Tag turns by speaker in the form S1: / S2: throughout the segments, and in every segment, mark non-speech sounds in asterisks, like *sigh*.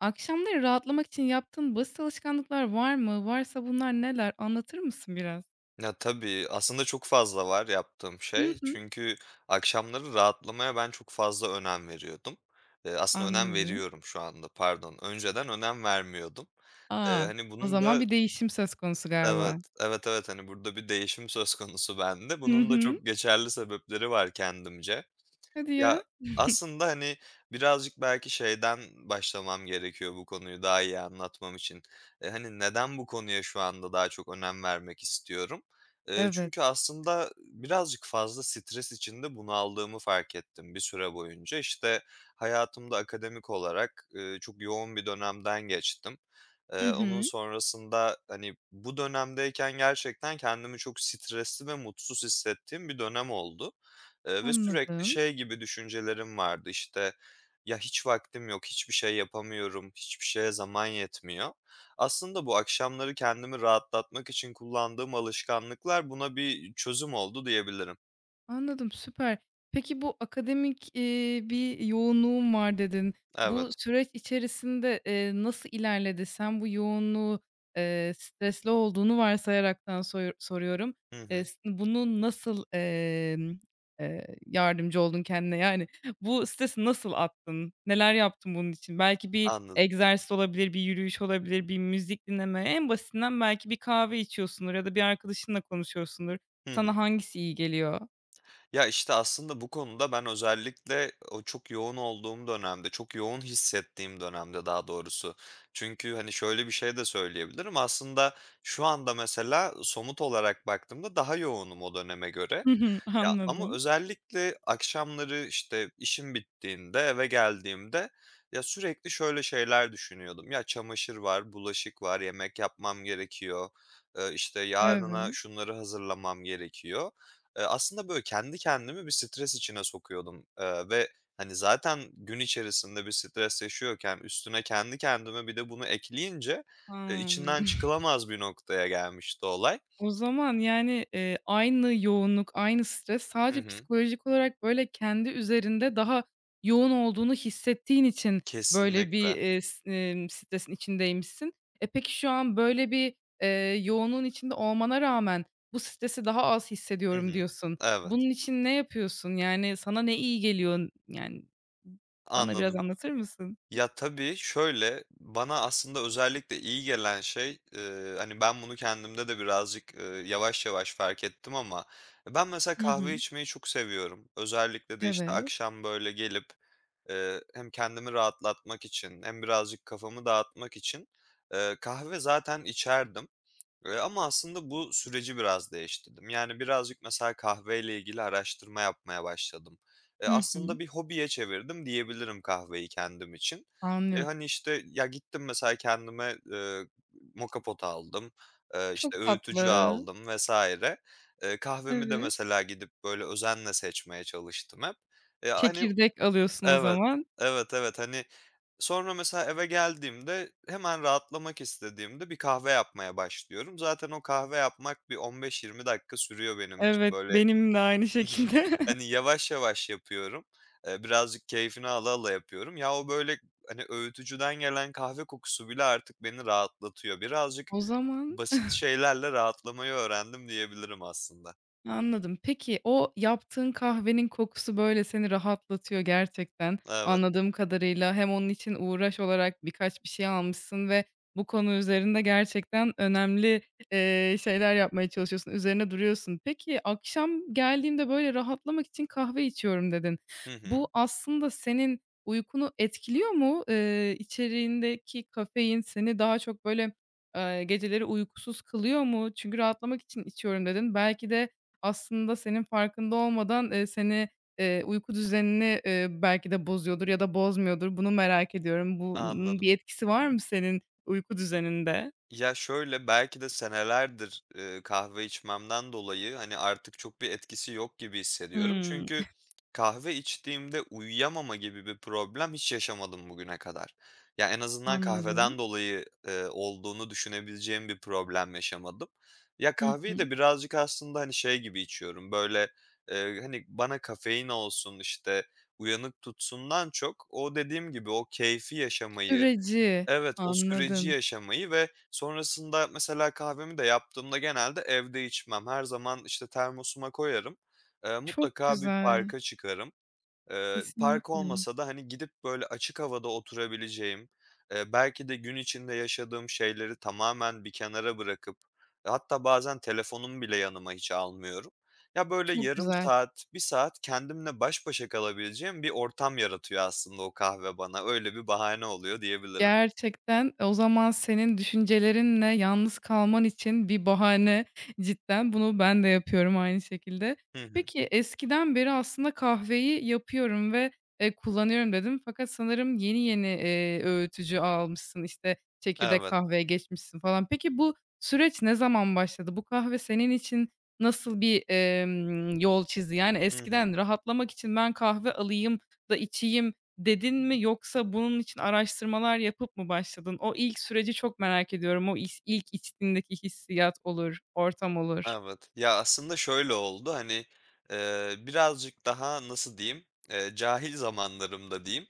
S1: Akşamları rahatlamak için yaptığın basit alışkanlıklar var mı? Varsa bunlar neler? Anlatır mısın biraz?
S2: Ya, tabii, aslında çok fazla var yaptığım
S1: Hı
S2: şey.
S1: hı.
S2: Çünkü akşamları rahatlamaya ben çok fazla önem veriyordum. Aslında önem
S1: Anladım.
S2: veriyorum şu anda, pardon. Önceden önem vermiyordum.
S1: A!
S2: Hani,
S1: O
S2: bunun
S1: zaman
S2: da.
S1: bir değişim söz konusu
S2: Evet,
S1: galiba.
S2: evet, evet, hani, burada bir değişim söz konusu bende.
S1: Hı
S2: Bunun da
S1: hı.
S2: çok geçerli sebepleri var kendimce.
S1: Hadi
S2: Ya,
S1: ya.
S2: aslında, hani, birazcık belki şeyden başlamam gerekiyor bu konuyu daha iyi anlatmam için. Hani, neden bu konuya şu anda daha çok önem vermek istiyorum?
S1: Evet.
S2: Çünkü aslında birazcık fazla stres içinde bunaldığımı fark ettim bir süre boyunca. İşte, hayatımda akademik olarak, çok yoğun bir dönemden geçtim.
S1: Hı
S2: Onun
S1: hı.
S2: sonrasında, hani, bu dönemdeyken gerçekten kendimi çok stresli ve mutsuz hissettiğim bir dönem oldu. Ve sürekli
S1: Anladım.
S2: şey gibi düşüncelerim vardı, işte, "Ya, hiç vaktim yok, hiçbir şey yapamıyorum, hiçbir şeye zaman yetmiyor." Aslında bu akşamları kendimi rahatlatmak için kullandığım alışkanlıklar buna bir çözüm oldu diyebilirim.
S1: Anladım, süper. Peki bu akademik, bir yoğunluğun var dedin. Bu
S2: Evet.
S1: süreç içerisinde, nasıl ilerledi? Sen bu yoğunluğu, stresli olduğunu varsayaraktan soyu soruyorum.
S2: Hı hı.
S1: S bunu nasıl, yardımcı oldun kendine? Yani, bu stresi nasıl attın? Neler yaptın bunun için? Belki bir
S2: Anladım.
S1: egzersiz olabilir, bir yürüyüş olabilir, bir müzik dinleme. En basitinden belki bir kahve içiyorsundur ya da bir arkadaşınla konuşuyorsundur.
S2: Hı hı.
S1: Sana hangisi iyi geliyor?
S2: Ya, işte, aslında bu konuda ben özellikle o çok yoğun olduğum dönemde, çok yoğun hissettiğim dönemde daha doğrusu. Çünkü, hani, şöyle bir şey de söyleyebilirim. Aslında şu anda mesela somut olarak baktığımda daha yoğunum o döneme göre.
S1: Hı hı,
S2: Ya, ama
S1: anladım.
S2: özellikle akşamları, işte, işim bittiğinde eve geldiğimde, ya, sürekli şöyle şeyler düşünüyordum. Ya, çamaşır var, bulaşık var, yemek yapmam gerekiyor, işte, yarına
S1: Evet.
S2: şunları hazırlamam gerekiyor. Aslında, böyle, kendi kendimi bir stres içine sokuyordum, ve, hani, zaten gün içerisinde bir stres yaşıyorken üstüne kendi kendime bir de bunu ekleyince,
S1: Hımm.
S2: içinden
S1: *laughs*
S2: çıkılamaz bir noktaya gelmişti olay.
S1: O zaman, yani, aynı yoğunluk, aynı stres
S2: Hı
S1: sadece
S2: hı.
S1: psikolojik olarak, böyle, kendi üzerinde daha yoğun olduğunu hissettiğin için böyle bir,
S2: Kesinlikle.
S1: s stresin içindeymişsin. E, peki şu an böyle bir, eee, yoğunluğun içinde olmana rağmen bu stresi daha az
S2: Hı
S1: hissediyorum
S2: hı.
S1: diyorsun.
S2: Evet.
S1: Bunun için ne yapıyorsun? Yani, sana ne iyi geliyor? Yani, bana biraz
S2: Anladım.
S1: anlatır mısın?
S2: Ya, tabii, şöyle, bana aslında özellikle iyi gelen şey, hani, ben bunu kendimde de birazcık, yavaş yavaş fark ettim ama ben mesela
S1: Hı hı.
S2: kahve içmeyi çok seviyorum. Özellikle de, işte,
S1: Evet.
S2: akşam, böyle, gelip, hem kendimi rahatlatmak için hem birazcık kafamı dağıtmak için, kahve zaten içerdim. Ama aslında bu süreci biraz değiştirdim. Yani birazcık mesela kahveyle ilgili araştırma yapmaya başladım.
S1: Hı
S2: Aslında
S1: hı.
S2: bir hobiye çevirdim diyebilirim kahveyi kendim için.
S1: Anlıyorum.
S2: Hani, işte, ya, gittim mesela kendime, moka pot aldım, işte,
S1: Çok
S2: öğütücü
S1: tatlı.
S2: aldım vesaire. Kahvemi de
S1: Evet.
S2: mesela gidip böyle özenle seçmeye çalıştım hep. Ya, hani.
S1: Çekirdek alıyorsun o
S2: Evet,
S1: zaman.
S2: evet, evet, hani. Sonra mesela eve geldiğimde hemen rahatlamak istediğimde bir kahve yapmaya başlıyorum. Zaten o kahve yapmak bir 15-20 dakika sürüyor benim için.
S1: Evet,
S2: Böyle.
S1: benim de aynı
S2: Hı hı.
S1: şekilde.
S2: Hani
S1: *laughs*
S2: yavaş yavaş yapıyorum. Birazcık keyfini ala ala yapıyorum. Ya, o böyle, hani, öğütücüden gelen kahve kokusu bile artık beni rahatlatıyor. Birazcık
S1: O zaman
S2: basit şeylerle rahatlamayı öğrendim diyebilirim aslında.
S1: anladım. Peki, o yaptığın kahvenin kokusu, böyle, seni rahatlatıyor gerçekten.
S2: Evet.
S1: Anladığım kadarıyla hem onun için uğraş olarak birkaç bir şey almışsın ve bu konu üzerinde gerçekten önemli, şeyler yapmaya çalışıyorsun, üzerine duruyorsun. Peki, "Akşam geldiğimde, böyle, rahatlamak için kahve içiyorum." dedin.
S2: Hı hı.
S1: Bu aslında senin uykunu etkiliyor mu? İçeriğindeki kafein seni daha çok, böyle, geceleri uykusuz kılıyor mu? Çünkü "Rahatlamak için içiyorum." dedin. Belki de aslında senin farkında olmadan, seni, uyku düzenini, belki de bozuyordur ya da bozmuyordur. Bunu merak ediyorum. Bunun
S2: Anladım.
S1: bir etkisi var mı senin uyku düzeninde?
S2: Ya, şöyle, belki de senelerdir, kahve içmemden dolayı, hani, artık çok bir etkisi yok gibi hissediyorum.
S1: Hımm.
S2: Çünkü kahve içtiğimde uyuyamama gibi bir problem hiç yaşamadım bugüne kadar. Ya, en azından
S1: Anladım.
S2: kahveden dolayı, olduğunu düşünebileceğim bir problem yaşamadım. Ya,
S1: Hı
S2: kahveyi
S1: hı.
S2: de birazcık aslında, hani, şey gibi içiyorum, böyle, hani, bana kafein olsun, işte, uyanık tutsundan çok o dediğim gibi o keyfi yaşamayı.
S1: Süreci,
S2: Evet, o süreci
S1: anladım.
S2: yaşamayı ve sonrasında mesela kahvemi de yaptığımda genelde evde içmem. Her zaman, işte, termosuma koyarım.
S1: Çok
S2: Mutlaka bir
S1: güzel,
S2: parka çıkarım. Park
S1: kesinlikle.
S2: olmasa da, hani, gidip böyle açık havada oturabileceğim, belki de gün içinde yaşadığım şeyleri tamamen bir kenara bırakıp, hatta bazen telefonumu bile yanıma hiç almıyorum. Ya, böyle
S1: Çok
S2: yarım
S1: güzel.
S2: saat, bir saat kendimle baş başa kalabileceğim bir ortam yaratıyor aslında o kahve bana. Öyle bir bahane oluyor diyebilirim.
S1: Gerçekten, o zaman senin düşüncelerinle yalnız kalman için bir bahane cidden. Bunu ben de yapıyorum aynı şekilde.
S2: Hı hı.
S1: Peki, eskiden beri aslında kahveyi yapıyorum ve, kullanıyorum dedim fakat sanırım yeni yeni, öğütücü almışsın, işte, çekirdek
S2: Evet.
S1: kahveye geçmişsin falan. Peki, bu süreç ne zaman başladı? Bu kahve senin için nasıl bir, yol çizdi? Yani,
S2: Hı hı.
S1: eskiden rahatlamak için ben kahve alayım da içeyim dedin mi yoksa bunun için araştırmalar yapıp mı başladın? O ilk süreci çok merak ediyorum. O is ilk içtiğindeki hissiyat olur, ortam olur.
S2: Evet. Ya, aslında şöyle oldu, hani, birazcık daha nasıl diyeyim, cahil zamanlarımda diyeyim,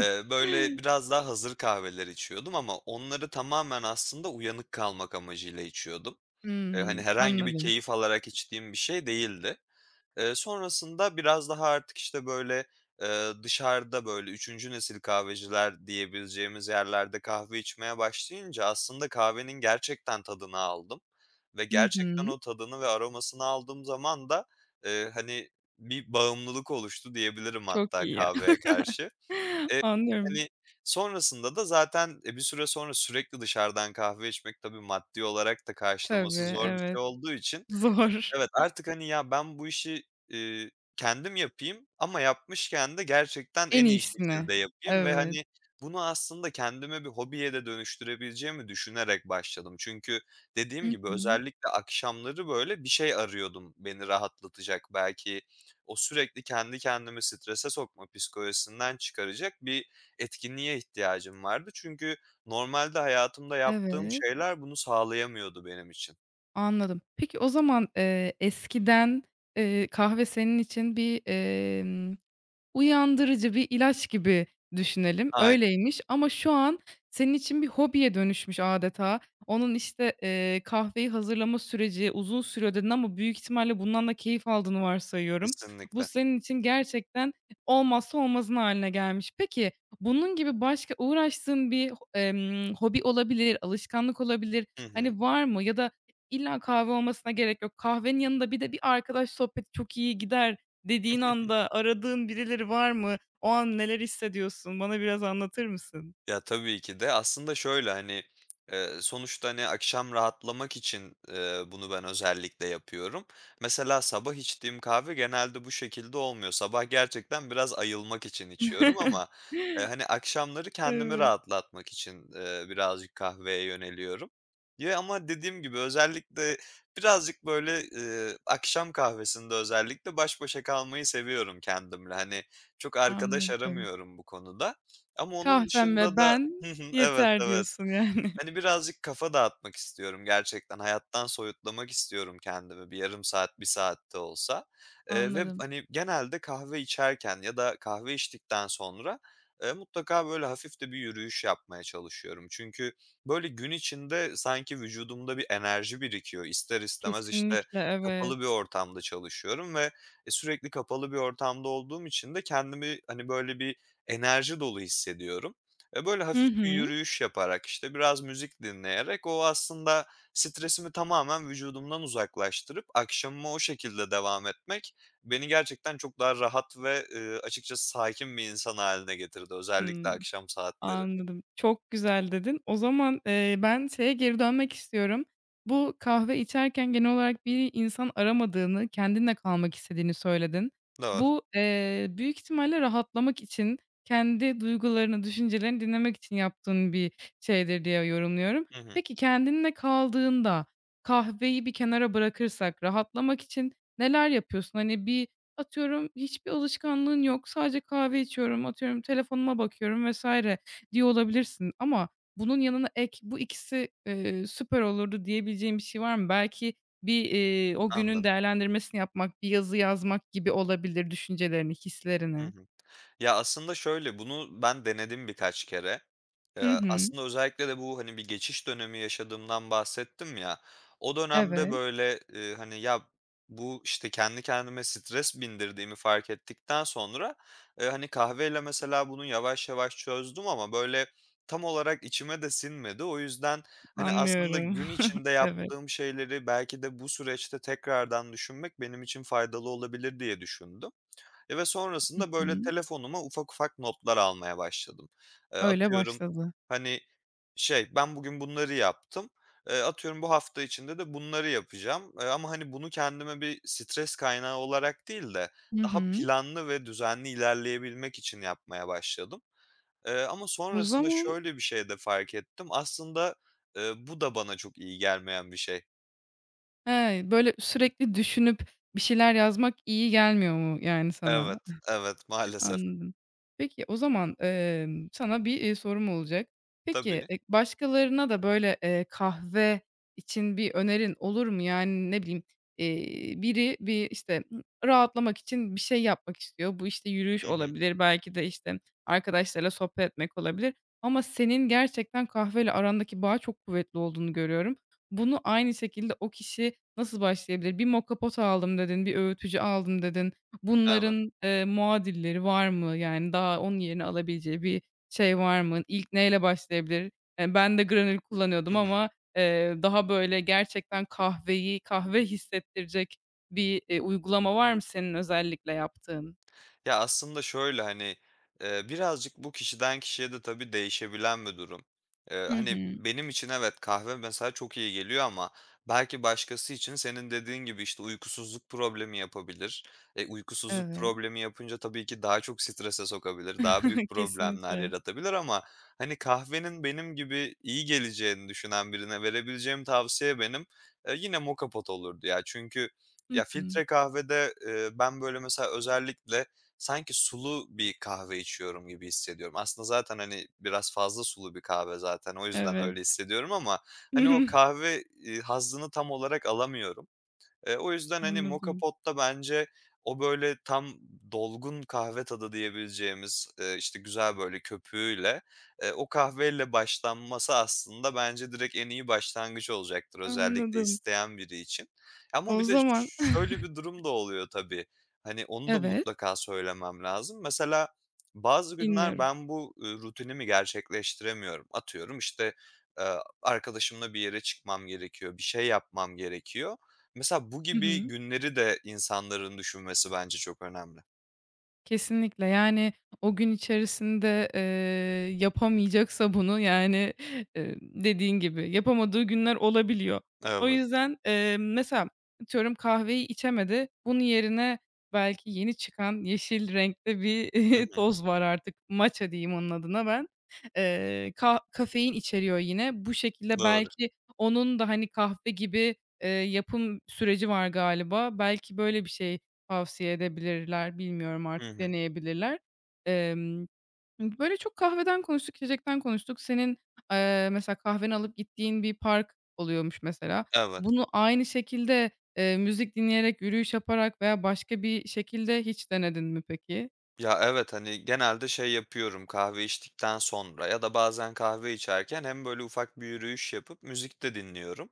S2: böyle biraz daha hazır kahveler içiyordum ama onları tamamen aslında uyanık kalmak amacıyla içiyordum. Hani,
S1: Hımm,
S2: herhangi bir
S1: anladım.
S2: keyif alarak içtiğim bir şey değildi. Sonrasında biraz daha artık, işte, böyle, dışarıda, böyle, üçüncü nesil kahveciler diyebileceğimiz yerlerde kahve içmeye başlayınca aslında kahvenin gerçekten tadını aldım ve
S1: Hı
S2: gerçekten
S1: hı.
S2: o tadını ve aromasını aldığım zaman da, hani, bir bağımlılık oluştu diyebilirim
S1: Çok
S2: hatta
S1: iyi ya.
S2: kahveye karşı.
S1: *laughs*
S2: Eee,
S1: Anlıyorum.
S2: Hani, sonrasında da zaten, bir süre sonra sürekli dışarıdan kahve içmek tabii maddi olarak da karşılaması
S1: Tabii,
S2: zor bir şey
S1: evet.
S2: olduğu için.
S1: Zor.
S2: Evet, artık, hani, ya, ben bu işi, kendim yapayım ama yapmışken de gerçekten
S1: En
S2: en iyi
S1: iyisini.
S2: şekilde yapayım ve,
S1: Evet.
S2: hani, bunu aslında kendime bir hobiye de dönüştürebileceğimi düşünerek başladım. Çünkü dediğim
S1: Hı
S2: gibi
S1: hı.
S2: özellikle akşamları, böyle, bir şey arıyordum beni rahatlatacak, belki o sürekli kendi kendimi strese sokma psikolojisinden çıkaracak bir etkinliğe ihtiyacım vardı. Çünkü normalde hayatımda yaptığım
S1: Evet,
S2: şeyler bunu sağlayamıyordu benim için.
S1: anladım. Peki o zaman, eskiden, kahve senin için bir, uyandırıcı bir ilaç gibi düşünelim.
S2: Aynen,
S1: Öyleymiş ama şu an senin için bir hobiye dönüşmüş adeta. Onun, işte, kahveyi hazırlama süreci uzun sürüyor dedin ama büyük ihtimalle bundan da keyif aldığını varsayıyorum. Bu
S2: kesinlikle.
S1: senin için gerçekten olmazsa olmazın hâline gelmiş. Peki, bunun gibi başka uğraştığın bir ho hobi olabilir, alışkanlık olabilir,
S2: Hı hı.
S1: hani, var mı? Ya da illa kahve olmasına gerek yok. Kahvenin yanında bir de bir arkadaş sohbeti çok iyi gider dediğin anda aradığın birileri var mı? O an neler hissediyorsun? Bana biraz anlatır mısın?
S2: Ya, tabii ki de. Aslında şöyle, hani, sonuçta, hani, akşam rahatlamak için, bunu ben özellikle yapıyorum. Mesela sabah içtiğim kahve genelde bu şekilde olmuyor. Sabah gerçekten biraz ayılmak için içiyorum ama,
S1: *laughs*
S2: hani, akşamları kendimi
S1: Evet,
S2: rahatlatmak için, birazcık kahveye yöneliyorum. Ya, ama dediğim gibi özellikle birazcık, böyle, akşam kahvesinde özellikle baş başa kalmayı seviyorum kendimle. Hani, çok arkadaş
S1: anladım.
S2: aramıyorum bu konuda. Ama onun
S1: "Kahvem ve
S2: dışında da.
S1: ben
S2: Hı hı, evet,
S1: yeter."
S2: evet.
S1: diyorsun yani. *laughs*
S2: Hani, birazcık kafa dağıtmak istiyorum gerçekten. Hayattan soyutlamak istiyorum kendimi bir yarım saat, bir saat de olsa, ve,
S1: Anladım.
S2: hani, genelde kahve içerken ya da kahve içtikten sonra, mutlaka böyle hafif de bir yürüyüş yapmaya çalışıyorum. Çünkü böyle gün içinde sanki vücudumda bir enerji birikiyor. İster istemez, işte,
S1: Kesinlikle,
S2: kapalı bir
S1: evet.
S2: ortamda çalışıyorum ve, sürekli kapalı bir ortamda olduğum için de kendimi, hani, böyle bir enerji dolu hissediyorum. Ve böyle
S1: Hı
S2: hafif bir
S1: hı.
S2: yürüyüş yaparak, işte, biraz müzik dinleyerek o aslında stresimi tamamen vücudumdan uzaklaştırıp akşamıma o şekilde devam etmek beni gerçekten çok daha rahat ve, açıkçası sakin bir insan haline getirdi özellikle
S1: Hıı.
S2: akşam saatleri.
S1: Anladım. Çok güzel dedin. O zaman, ben şeye geri dönmek istiyorum. Bu kahve içerken genel olarak bir insan aramadığını, kendinle kalmak istediğini söyledin.
S2: Doğru.
S1: Bu, büyük ihtimalle rahatlamak için, kendi duygularını, düşüncelerini dinlemek için yaptığın bir şeydir diye yorumluyorum.
S2: Hı hı.
S1: Peki kendinle kaldığında kahveyi bir kenara bırakırsak rahatlamak için neler yapıyorsun? Hani, bir atıyorum hiçbir alışkanlığın yok, sadece kahve içiyorum, atıyorum telefonuma bakıyorum vesaire diyor olabilirsin ama bunun yanına ek, "Bu ikisi, süper olurdu." diyebileceğin bir şey var mı? Belki bir, o günün
S2: Anladım.
S1: değerlendirmesini yapmak, bir yazı yazmak gibi olabilir düşüncelerini,
S2: Hı
S1: hislerini.
S2: hı. Ya, aslında şöyle, bunu ben denedim birkaç kere.
S1: Hı hı.
S2: Aslında özellikle de bu, hani, bir geçiş dönemi yaşadığımdan bahsettim ya. O dönemde,
S1: Evet,
S2: böyle, hani, ya, bu, işte, kendi kendime stres bindirdiğimi fark ettikten sonra, hani, kahveyle mesela bunu yavaş yavaş çözdüm ama, böyle, tam olarak içime de sinmedi. O yüzden, hani, aslında
S1: anlıyorum.
S2: gün
S1: *laughs*
S2: içinde
S1: Evet.
S2: yaptığım şeyleri belki de bu süreçte tekrardan düşünmek benim için faydalı olabilir diye düşündüm. Ve
S1: Hı
S2: sonrasında, böyle,
S1: hı.
S2: telefonuma ufak ufak notlar almaya başladım.
S1: Öyle
S2: Atıyorum,
S1: başladı.
S2: hani, şey, ben bugün bunları yaptım, atıyorum bu hafta içinde de bunları yapacağım, ama, hani, bunu kendime bir stres kaynağı olarak değil de
S1: Hı
S2: daha
S1: hı.
S2: planlı ve düzenli ilerleyebilmek için yapmaya başladım. Ama
S1: O
S2: sonrasında
S1: zaman
S2: şöyle bir şey de fark ettim. Aslında, bu da bana çok iyi gelmeyen bir şey.
S1: he, böyle sürekli düşünüp bir şeyler yazmak iyi gelmiyor mu yani
S2: Evet,
S1: sana?
S2: evet, maalesef.
S1: Anladım. Peki, o zaman, sana bir, sorum olacak. Peki,
S2: Tabii.
S1: başkalarına da böyle, kahve için bir önerin olur mu? Yani, ne bileyim, biri bir, işte, hı, rahatlamak için bir şey yapmak istiyor. Bu, işte, yürüyüş
S2: Hı hı.
S1: olabilir, belki de, işte, arkadaşlarla sohbet etmek olabilir ama senin gerçekten kahveyle arandaki bağ çok kuvvetli olduğunu görüyorum. Bunu aynı şekilde o kişi nasıl başlayabilir? "Bir moka pot aldım." dedin, "Bir öğütücü aldım." dedin.
S2: Evet.
S1: Bunların, muadilleri var mı? Yani daha onun yerini alabileceği bir şey var mı? İlk neyle başlayabilir? Ben de granül
S2: Hı
S1: kullanıyordum
S2: hı.
S1: ama, daha böyle gerçekten kahveyi kahve hissettirecek bir, uygulama var mı senin özellikle yaptığın?
S2: Ya, aslında şöyle, hani, birazcık bu kişiden kişiye de tabii değişebilen bir durum.
S1: Hı
S2: Hani,
S1: hı.
S2: benim için evet, kahve mesela çok iyi geliyor ama belki başkası için senin dediğin gibi, işte, uykusuzluk problemi yapabilir. Uykusuzluk
S1: Evet.
S2: problemi yapınca tabii ki daha çok strese sokabilir, daha büyük
S1: *laughs*
S2: problemler
S1: Kesinlikle.
S2: yaratabilir ama, hani, kahvenin benim gibi iyi geleceğini düşünen birine verebileceğim tavsiye benim, yine moka pot olurdu ya. Çünkü
S1: Hı
S2: ya,
S1: hı.
S2: filtre kahvede, ben, böyle, mesela özellikle sanki sulu bir kahve içiyorum gibi hissediyorum. Aslında zaten, hani, biraz fazla sulu bir kahve zaten o yüzden öyle
S1: Evet.
S2: hissediyorum ama, hani, o kahve, hazzını tam olarak alamıyorum. O
S1: *laughs*
S2: yüzden, hani, Moka
S1: Anladım,
S2: Pot'ta bence o, böyle, tam dolgun kahve tadı diyebileceğimiz, işte, güzel, böyle, köpüğüyle, o kahveyle başlanması aslında bence direkt en iyi başlangıç olacaktır özellikle
S1: anladım.
S2: isteyen biri için. Ama
S1: O
S2: bir de
S1: zaman *laughs*
S2: şöyle bir durum da oluyor tabii, hani, onu da
S1: evet,
S2: mutlaka söylemem lazım. Mesela bazı günler
S1: dinliyorum.
S2: ben bu, rutinimi gerçekleştiremiyorum. Atıyorum, işte, arkadaşımla bir yere çıkmam gerekiyor, bir şey yapmam gerekiyor. Mesela bu
S1: Hı
S2: gibi
S1: hı.
S2: günleri de insanların düşünmesi bence çok önemli.
S1: Kesinlikle, yani, o gün içerisinde, yapamayacaksa bunu, yani, *laughs* dediğin gibi yapamadığı günler olabiliyor. O
S2: Evet.
S1: yüzden, mesela atıyorum kahveyi içemedi. Bunun yerine belki yeni çıkan yeşil renkte bir
S2: Hı
S1: *laughs*
S2: hı.
S1: toz var artık. Matcha diyeyim onun adına ben. Ka Kafein içeriyor yine. Bu şekilde
S2: Doğru.
S1: belki onun da, hani, kahve gibi, yapım süreci var galiba. Belki böyle bir şey tavsiye edebilirler, bilmiyorum
S2: Hı
S1: artık,
S2: hı.
S1: deneyebilirler. Emm, böyle, çok kahveden konuştuk, içecekten konuştuk. Senin, mesela kahveni alıp gittiğin bir park oluyormuş mesela.
S2: Evet.
S1: Bunu aynı şekilde, müzik dinleyerek, yürüyüş yaparak veya başka bir şekilde hiç denedin mi peki?
S2: Ya, evet, hani, genelde şey yapıyorum kahve içtikten sonra ya da bazen kahve içerken hem böyle ufak bir yürüyüş yapıp müzik de dinliyorum,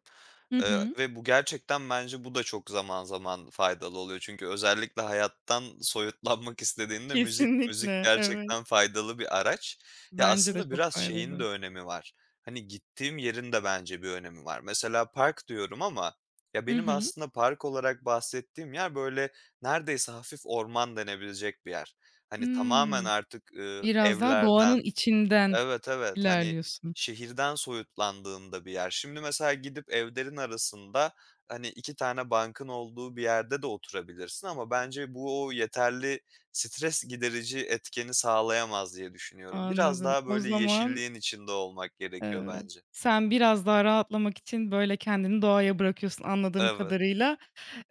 S1: Hı hı.
S2: ve bu gerçekten bence bu da çok zaman zaman faydalı oluyor. Çünkü özellikle hayattan soyutlanmak istediğinde müzik
S1: Kesinlikle, evet.
S2: gerçekten faydalı bir araç. Ya,
S1: Bence de
S2: aslında
S1: çok
S2: biraz şeyin de
S1: faydalı.
S2: önemi var, hani, gittiğim yerin de bence bir önemi var. Mesela park diyorum ama ya,
S1: Hı
S2: benim
S1: hı.
S2: aslında park olarak bahsettiğim yer böyle neredeyse hafif orman denebilecek bir yer. Hani, tamamen
S1: Hımm.
S2: artık,
S1: Biraz daha doğanın
S2: evlerden.
S1: içinden
S2: Evet, evet, hani,
S1: ilerliyorsun.
S2: şehirden soyutlandığında bir yer. Şimdi mesela gidip evlerin arasında, hani, 2 tane bankın olduğu bir yerde de oturabilirsin ama bence bu o yeterli stres giderici etkeni sağlayamaz diye düşünüyorum. Biraz
S1: Anladım.
S2: daha
S1: O
S2: böyle
S1: zaman
S2: yeşilliğin içinde olmak gerekiyor
S1: evet.
S2: bence.
S1: Sen biraz daha rahatlamak için, böyle, kendini doğaya bırakıyorsun anladığım
S2: Evet.
S1: kadarıyla.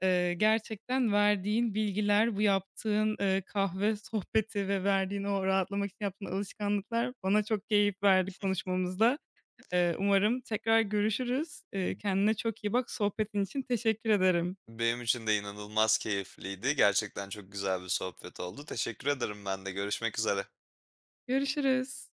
S1: Gerçekten verdiğin bilgiler, bu yaptığın, kahve sohbeti ve verdiğin o rahatlamak için yaptığın alışkanlıklar bana çok keyif verdi konuşmamızda. Umarım tekrar görüşürüz.
S2: B
S1: Kendine çok iyi bak. Sohbetin için teşekkür ederim.
S2: Benim için de inanılmaz keyifliydi. Gerçekten çok güzel bir sohbet oldu. Teşekkür ederim ben de. Görüşmek üzere.
S1: Görüşürüz.